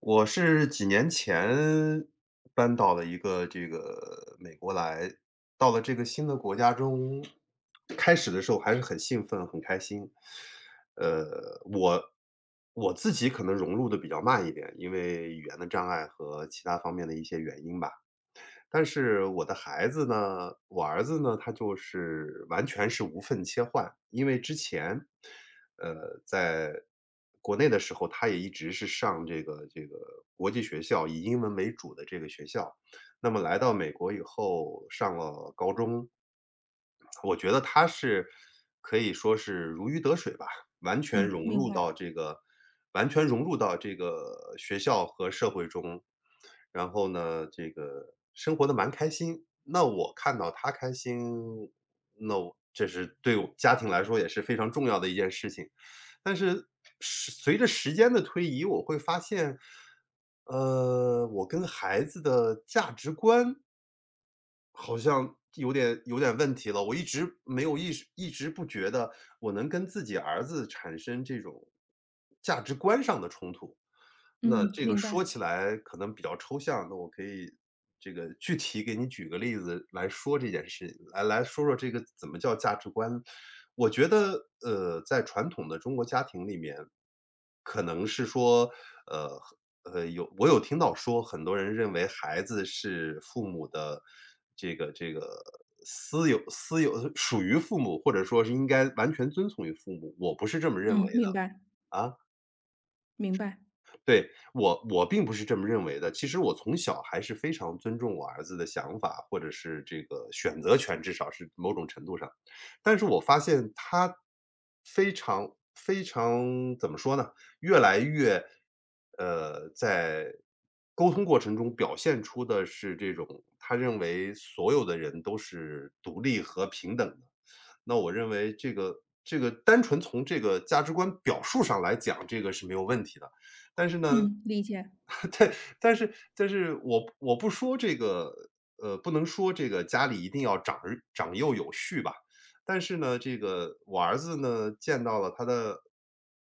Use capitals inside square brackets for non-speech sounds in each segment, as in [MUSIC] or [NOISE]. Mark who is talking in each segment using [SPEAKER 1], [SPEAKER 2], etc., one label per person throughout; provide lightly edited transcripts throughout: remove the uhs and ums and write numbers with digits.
[SPEAKER 1] 我是几年前搬到了一个这个美国来，到了这个新的国家中，开始的时候还是很兴奋、很开心。呃，我我自己可能融入的比较慢一点，因为语言的障碍和其他方面的一些原因吧。但是我的孩子呢，我儿子呢，他就是完全是无缝切换。因为之前，在国内的时候，他也一直是上这个国际学校，以英文为主的这个学校。那么来到美国以后，上了高中，我觉得他是可以说是如鱼得水吧。完全
[SPEAKER 2] 嗯，
[SPEAKER 1] 融
[SPEAKER 2] 明
[SPEAKER 1] 入
[SPEAKER 2] 白，
[SPEAKER 1] 到这个完全融入到这个学校和社会中，然后呢，这个生活的蛮开心。那我看到他开心，那我这是对我家庭来说也是非常重要的一件事情。但是随着时间的推移，我会发现，我跟孩子的价值观好像有点问题了。我一直没有意识，一直不觉得我能跟自己儿子产生这种价值观上的冲突。那
[SPEAKER 2] 嗯，
[SPEAKER 1] 这个
[SPEAKER 2] 明
[SPEAKER 1] 说
[SPEAKER 2] 白，
[SPEAKER 1] 起来可能比较抽象，那我可以具体给你举个例子来说这件事情，来说说这个怎么叫价值观。我觉得，在传统的中国家庭里面，可能是说，呃有听到说，很多人认为孩子是父母的这个私有，属于父母，或者说是应该完全遵从于父母。我不是这么认为
[SPEAKER 2] 嗯，明
[SPEAKER 1] 的
[SPEAKER 2] 白，
[SPEAKER 1] 啊。
[SPEAKER 2] 明白，
[SPEAKER 1] 对，我并不是这么认为的。其实我从小还是非常尊重我儿子的想法，或者是这个选择权，至少是某种程度上。但是我发现他非常非常怎么说呢？越来越，在沟通过程中表现出的是这种他认为所有的人都是独立和平等的。那我认为这个单纯从这个价值观表述上来讲，这个是没有问题的。但是呢，
[SPEAKER 2] 嗯，理解，
[SPEAKER 1] [LAUGHS] 对，但是我不说这个，不能说这个家里一定要长儿长幼有序吧。但是呢，这个我儿子呢，见到了他的，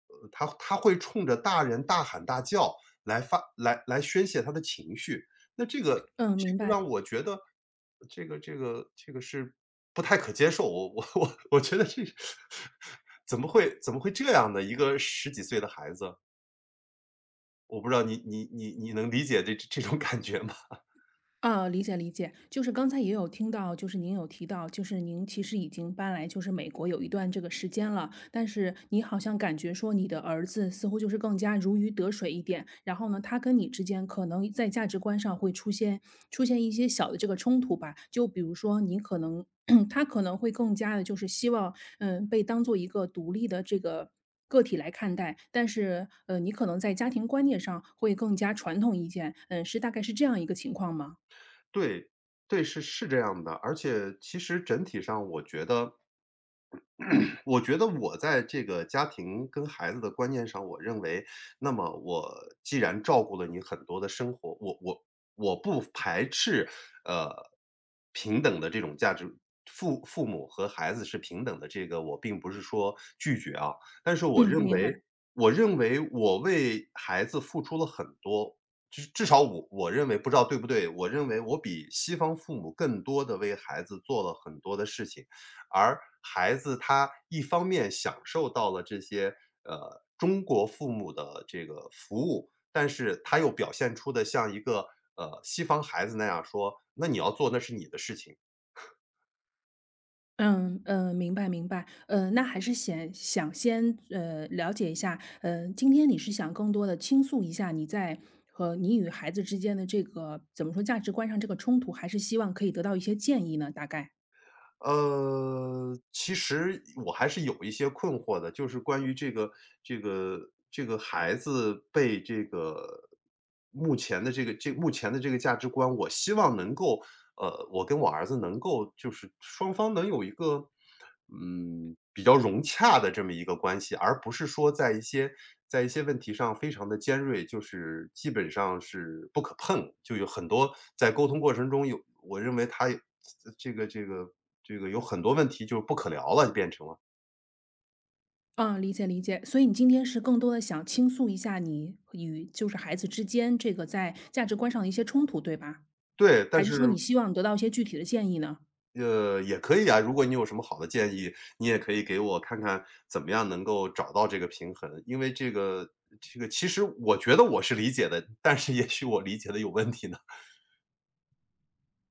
[SPEAKER 1] 他会冲着大人大喊大叫来发来来宣泄他的情绪，那这个
[SPEAKER 2] 嗯，
[SPEAKER 1] 这
[SPEAKER 2] 明
[SPEAKER 1] 个让
[SPEAKER 2] 白。
[SPEAKER 1] 我觉得，这个是不太可接受，我觉得这 [LAUGHS] 怎么会这样呢？一个十几岁的孩子。我不知道你能理解这种感觉吗？
[SPEAKER 2] 啊，理解理解，就是刚才也有听到，就是您有提到，就是您其实已经搬来就是美国有一段这个时间了，但是你好像感觉说你的儿子似乎就是更加如鱼得水一点，然后呢，他跟你之间可能在价值观上会出现一些小的这个冲突吧，就比如说你可能 [CLEARS THROAT] 他可能会更加的就是希望，被当做一个独立的这个个体来看待，但是你可能在家庭观念上会更加传统一些，嗯，是大概是这样一个情况吗？
[SPEAKER 1] 对，对，是这样的。而且其实整体上我觉得 [CLEARS THROAT] 我觉得我在这个家庭跟孩子的观念上，我认为，那么我既然照顾了你很多的生活，我不排斥，呃，平等的这种价值。父母和孩子是平等的，这个我并不是说拒绝啊，但是我
[SPEAKER 2] 嗯，
[SPEAKER 1] 认
[SPEAKER 2] 明白。
[SPEAKER 1] 为，我认为我为孩子付出了很多，至少我认为不知道对不对，我认为我比西方父母更多的为孩子做了很多的事情，而孩子他一方面享受到了这些，中国父母的这个服务，但是他又表现出的像一个，西方孩子那样说："那你要做，那是你的事情。"
[SPEAKER 2] 嗯，明白明白。那还是先想了解一下，今天你是想更多的倾诉一下你在和你与孩子之间的这个怎么说价值观上这个冲突，还是希望可以得到一些建议呢？大概？
[SPEAKER 1] 其实我还是有一些困惑的，就是关于这个这个孩子被这个目前的这个价值观，我希望能够我跟我儿子能够就是双方能有一个，比较融洽的这么一个关系，而不是说在一些问题上非常的尖锐，就是基本上是不可碰。就有很多在沟通过程中有我认为他有这个这个这个有很多问题就是不可聊了，就变成了。
[SPEAKER 2] 啊，理解理解。所以你今天是更多的想倾诉一下你与就是孩子之间这个在价值观上的一些冲突，对吧？
[SPEAKER 1] 对，但
[SPEAKER 2] 还是说
[SPEAKER 1] 是
[SPEAKER 2] 你希望得到一些具体的建议呢？
[SPEAKER 1] 也可以啊，如果你有什么好的建议，你也可以给我看看怎么样能够找到这个平衡。因为这个这个其实我觉得我是理解的，但是也许我理解的有问题呢。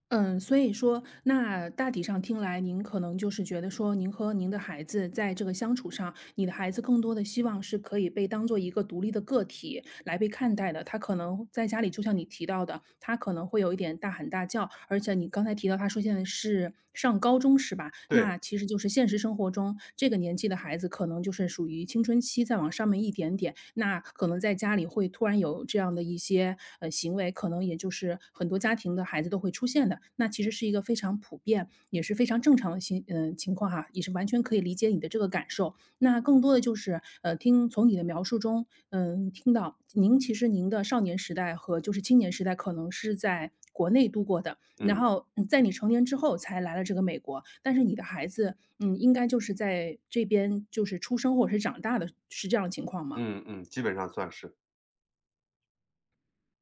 [SPEAKER 2] 嗯，所以说，那大体上听来，您可能就是觉得说，您和您的孩子在这个相处上，你的孩子更多的希望是可以被当做一个独立的个体来被看待的。他可能在家里，就像你提到的，他可能会有一点大喊大叫，而且你刚才提到他说现在是上高中是吧？
[SPEAKER 1] 对，
[SPEAKER 2] 那其实就是现实生活中，这个年纪的孩子可能就是属于青春期再往上面一点点，那可能在家里会突然有这样的一些行为，可能也就是很多家庭的孩子都会出现的。那其实是一个非常普遍，也是非常正常的情况哈，也是完全可以理解你的这个感受。那更多的就是，听从你的描述中，听到您其实您的少年时代和就是青年时代可能是在国内度过的，然
[SPEAKER 1] 嗯，
[SPEAKER 2] 后在你成年之后才来了这个美国，但是你的孩子，应该就是在这边就是出生或者是长大的，是这样的情况吗？
[SPEAKER 1] 嗯嗯，基本上算是。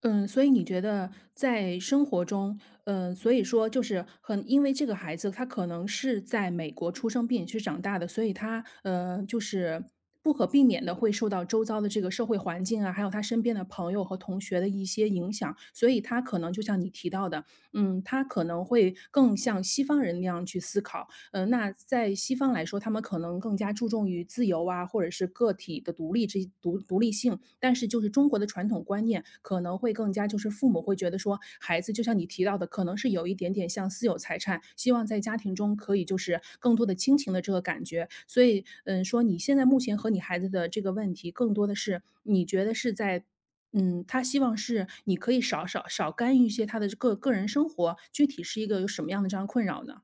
[SPEAKER 2] 嗯，所以你觉得在生活中，所以说就是很，因为这个孩子他可能是在美国出生并且是长大的，所以他就是不可避免的会受到周遭的这个社会环境啊，还有他身边的朋友和同学的一些影响，所以他可能就像你提到的，他可能会更像西方人那样去思考，那在西方来说，他们可能更加注重于自由啊，或者是个体的独立这独立性。但是就是中国的传统观念可能会更加就是父母会觉得说，孩子就像你提到的，可能是有一点点像私有财产，希望在家庭中可以就是更多的亲情的这个感觉。所以，说你现在目前和你孩子的这个问题，更多的是你觉得是在。嗯，他希望是你可以少干预一些他的个人生活，具体是一个有什么样的这样困扰呢？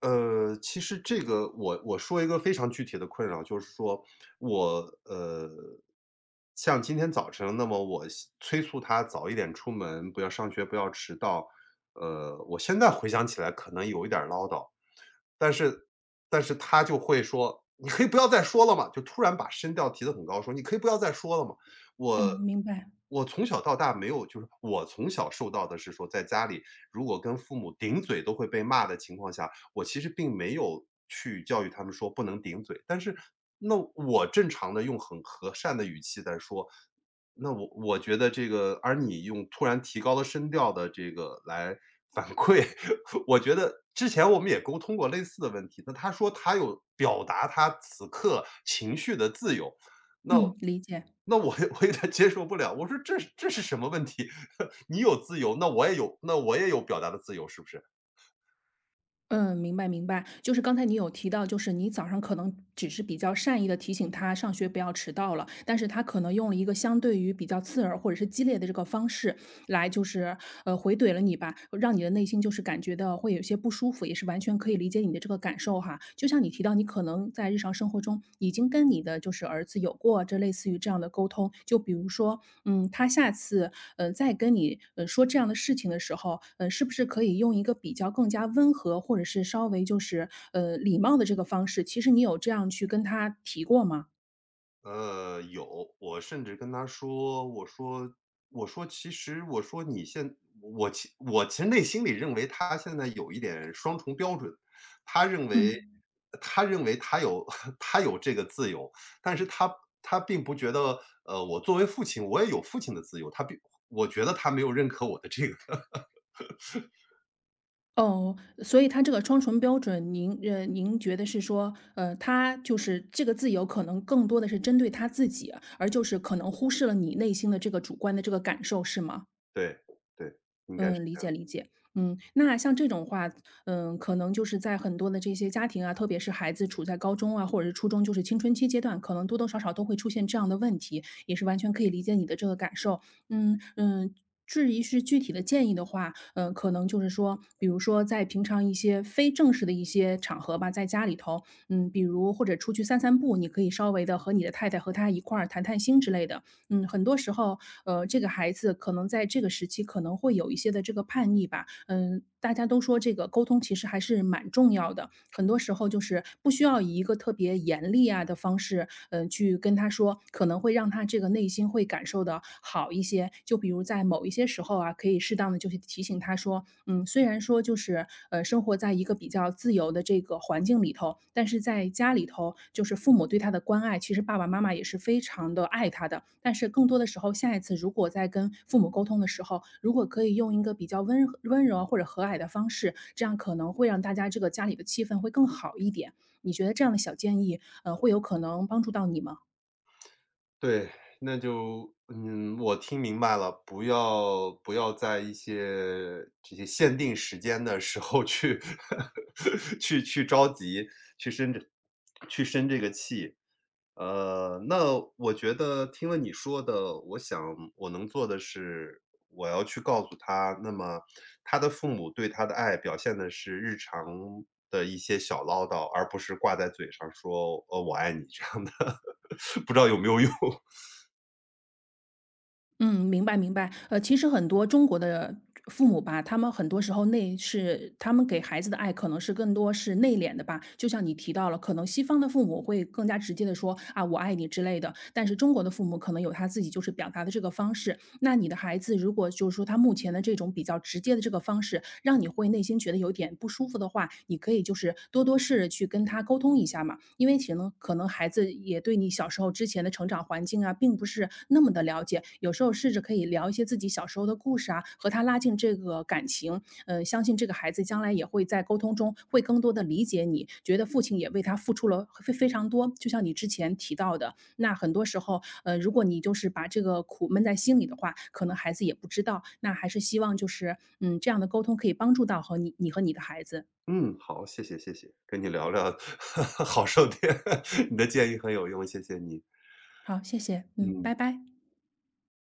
[SPEAKER 1] 其实这个我说一个非常具体的困扰，就是说我呃，像今天早晨，那么我催促他早一点出门，不要上学，不要迟到。我现在回想起来可能有一点儿唠叨，但是他就会说："你可以不要再说了嘛。"就突然把声调提得很高，说："你可以不要再说了嘛。"我
[SPEAKER 2] 嗯，明白。
[SPEAKER 1] 我从小到大没有，就是我从小受到的是说，在家里如果跟父母顶嘴都会被骂的情况下，我其实并没有去教育他们说不能顶嘴，但是那我正常的用很和善的语气在说，那我觉得这个而你用突然提高了声调的这个来反馈，[LAUGHS] 我觉得之前我们也沟通过类似的问题，那他说他有表达他此刻情绪的自由，那
[SPEAKER 2] 嗯，理解。
[SPEAKER 1] 我有点接受不了，我说这是什么问题？[LAUGHS] 你有自由，那我也有表达的自由，是不是？
[SPEAKER 2] 嗯，明白明白。就是刚才你有提到，就是你早上可能只是比较善意的提醒他上学不要迟到了，但是他可能用了一个相对于比较刺耳或者是激烈的这个方式，来就是回怼了你吧，让你的内心就是感觉到会有些不舒服，也是完全可以理解你的这个感受哈。就像你提到，你可能在日常生活中已经跟你的就是儿子有过这类似于这样的沟通，就比如说，他下次再跟你说这样的事情的时候，是不是可以用一个比较更加温和或者是稍微就是礼貌的这个方式？其实你有这样去跟他提过吗？
[SPEAKER 1] 有，我甚至跟他说，我说其实我说你现我其我其实内心里认为他现在有一点双重标准，他认为
[SPEAKER 2] 嗯。
[SPEAKER 1] 他认为他有 [LAUGHS] 他有这个自由，但是他并不觉得，我作为父亲，我也有父亲的自由，我觉得他没有认可我的这个，[LAUGHS]
[SPEAKER 2] 哦，所以他这个双重标准，您觉得是说，他就是这个自由可能更多的是针对他自己啊，而就是可能忽视了你内心的这个主观的这个感受，是吗？
[SPEAKER 1] 对对，应该是
[SPEAKER 2] 嗯，理
[SPEAKER 1] 这
[SPEAKER 2] 解
[SPEAKER 1] 样。
[SPEAKER 2] 理解。那像这种话，可能就是在很多的这些家庭啊，特别是孩子处在高中啊，或者是初中，就是青春期阶段，可能多多少少都会出现这样的问题，也是完全可以理解你的这个感受。嗯嗯，至于是具体的建议的话，可能就是说，比如说在平常一些非正式的一些场合吧，在家里头，比如或者出去散散步，你可以稍微的和你的太太和她一块儿谈谈心之类的，很多时候，这个孩子可能在这个时期可能会有一些的这个叛逆吧。嗯，大家都说这个沟通其实还是蛮重要的，很多时候就是不需要以一个特别严厉啊的方式，去跟他说，可能会让他这个内心会感受的好一些。就比如在某一些时候啊，可以适当的就是提醒他说，嗯，虽然说就是生活在一个比较自由的这个环境里头，但是在家里头，就是父母对他的关爱，其实爸爸妈妈也是非常的爱他的。但是更多的时候，下一次如果在跟父母沟通的时候，如果可以用一个比较温和温柔或者和蔼的方式，这样可能会让大家这个家里的气氛会更好一点。你觉得这样的小建议，会有可能帮助到你吗？
[SPEAKER 1] 对，那就我听明白了，不要在这些限定时间的时候去 [LAUGHS] 去着急，去生这去生这个气。那我觉得听了你说的，我想我能做的是，我要去告诉他，那么他的父母对他的爱表现的是日常的一些小唠叨，而不是挂在嘴上说"呃，我爱你"这样的，[LAUGHS] 不知道有没有用。
[SPEAKER 2] 嗯，明白明白。其实很多中国的父母吧，他们很多时候是他们给孩子的爱，可能是更多是内敛的吧。就像你提到了，可能西方的父母会更加直接的说啊，我爱你之类的，但是中国的父母可能有他自己就是表达的这个方式。那你的孩子如果就是说他目前的这种比较直接的这个方式，让你会内心觉得有点不舒服的话，你可以就是多多试着去跟他沟通一下嘛。因为可能孩子也对你小时候之前的成长环境啊，并不是那么的了解，有时候试着可以聊一些自己小时候的故事啊，和他拉近这个感情。相信这个孩子将来也会在沟通中会更多的理解你，觉得父亲也为他付出了非常多。就像你之前提到的，那很多时候，如果你就是把这个苦闷在心里的话，可能孩子也不知道。那还是希望就是，这样的沟通可以帮助到你和你的孩子。
[SPEAKER 1] 嗯，好，谢谢谢谢，跟你聊聊 [LAUGHS] 好受点，[LAUGHS] 你的建议很有用，谢谢你。
[SPEAKER 2] 好，谢谢，嗯，
[SPEAKER 1] 嗯。
[SPEAKER 2] 拜拜。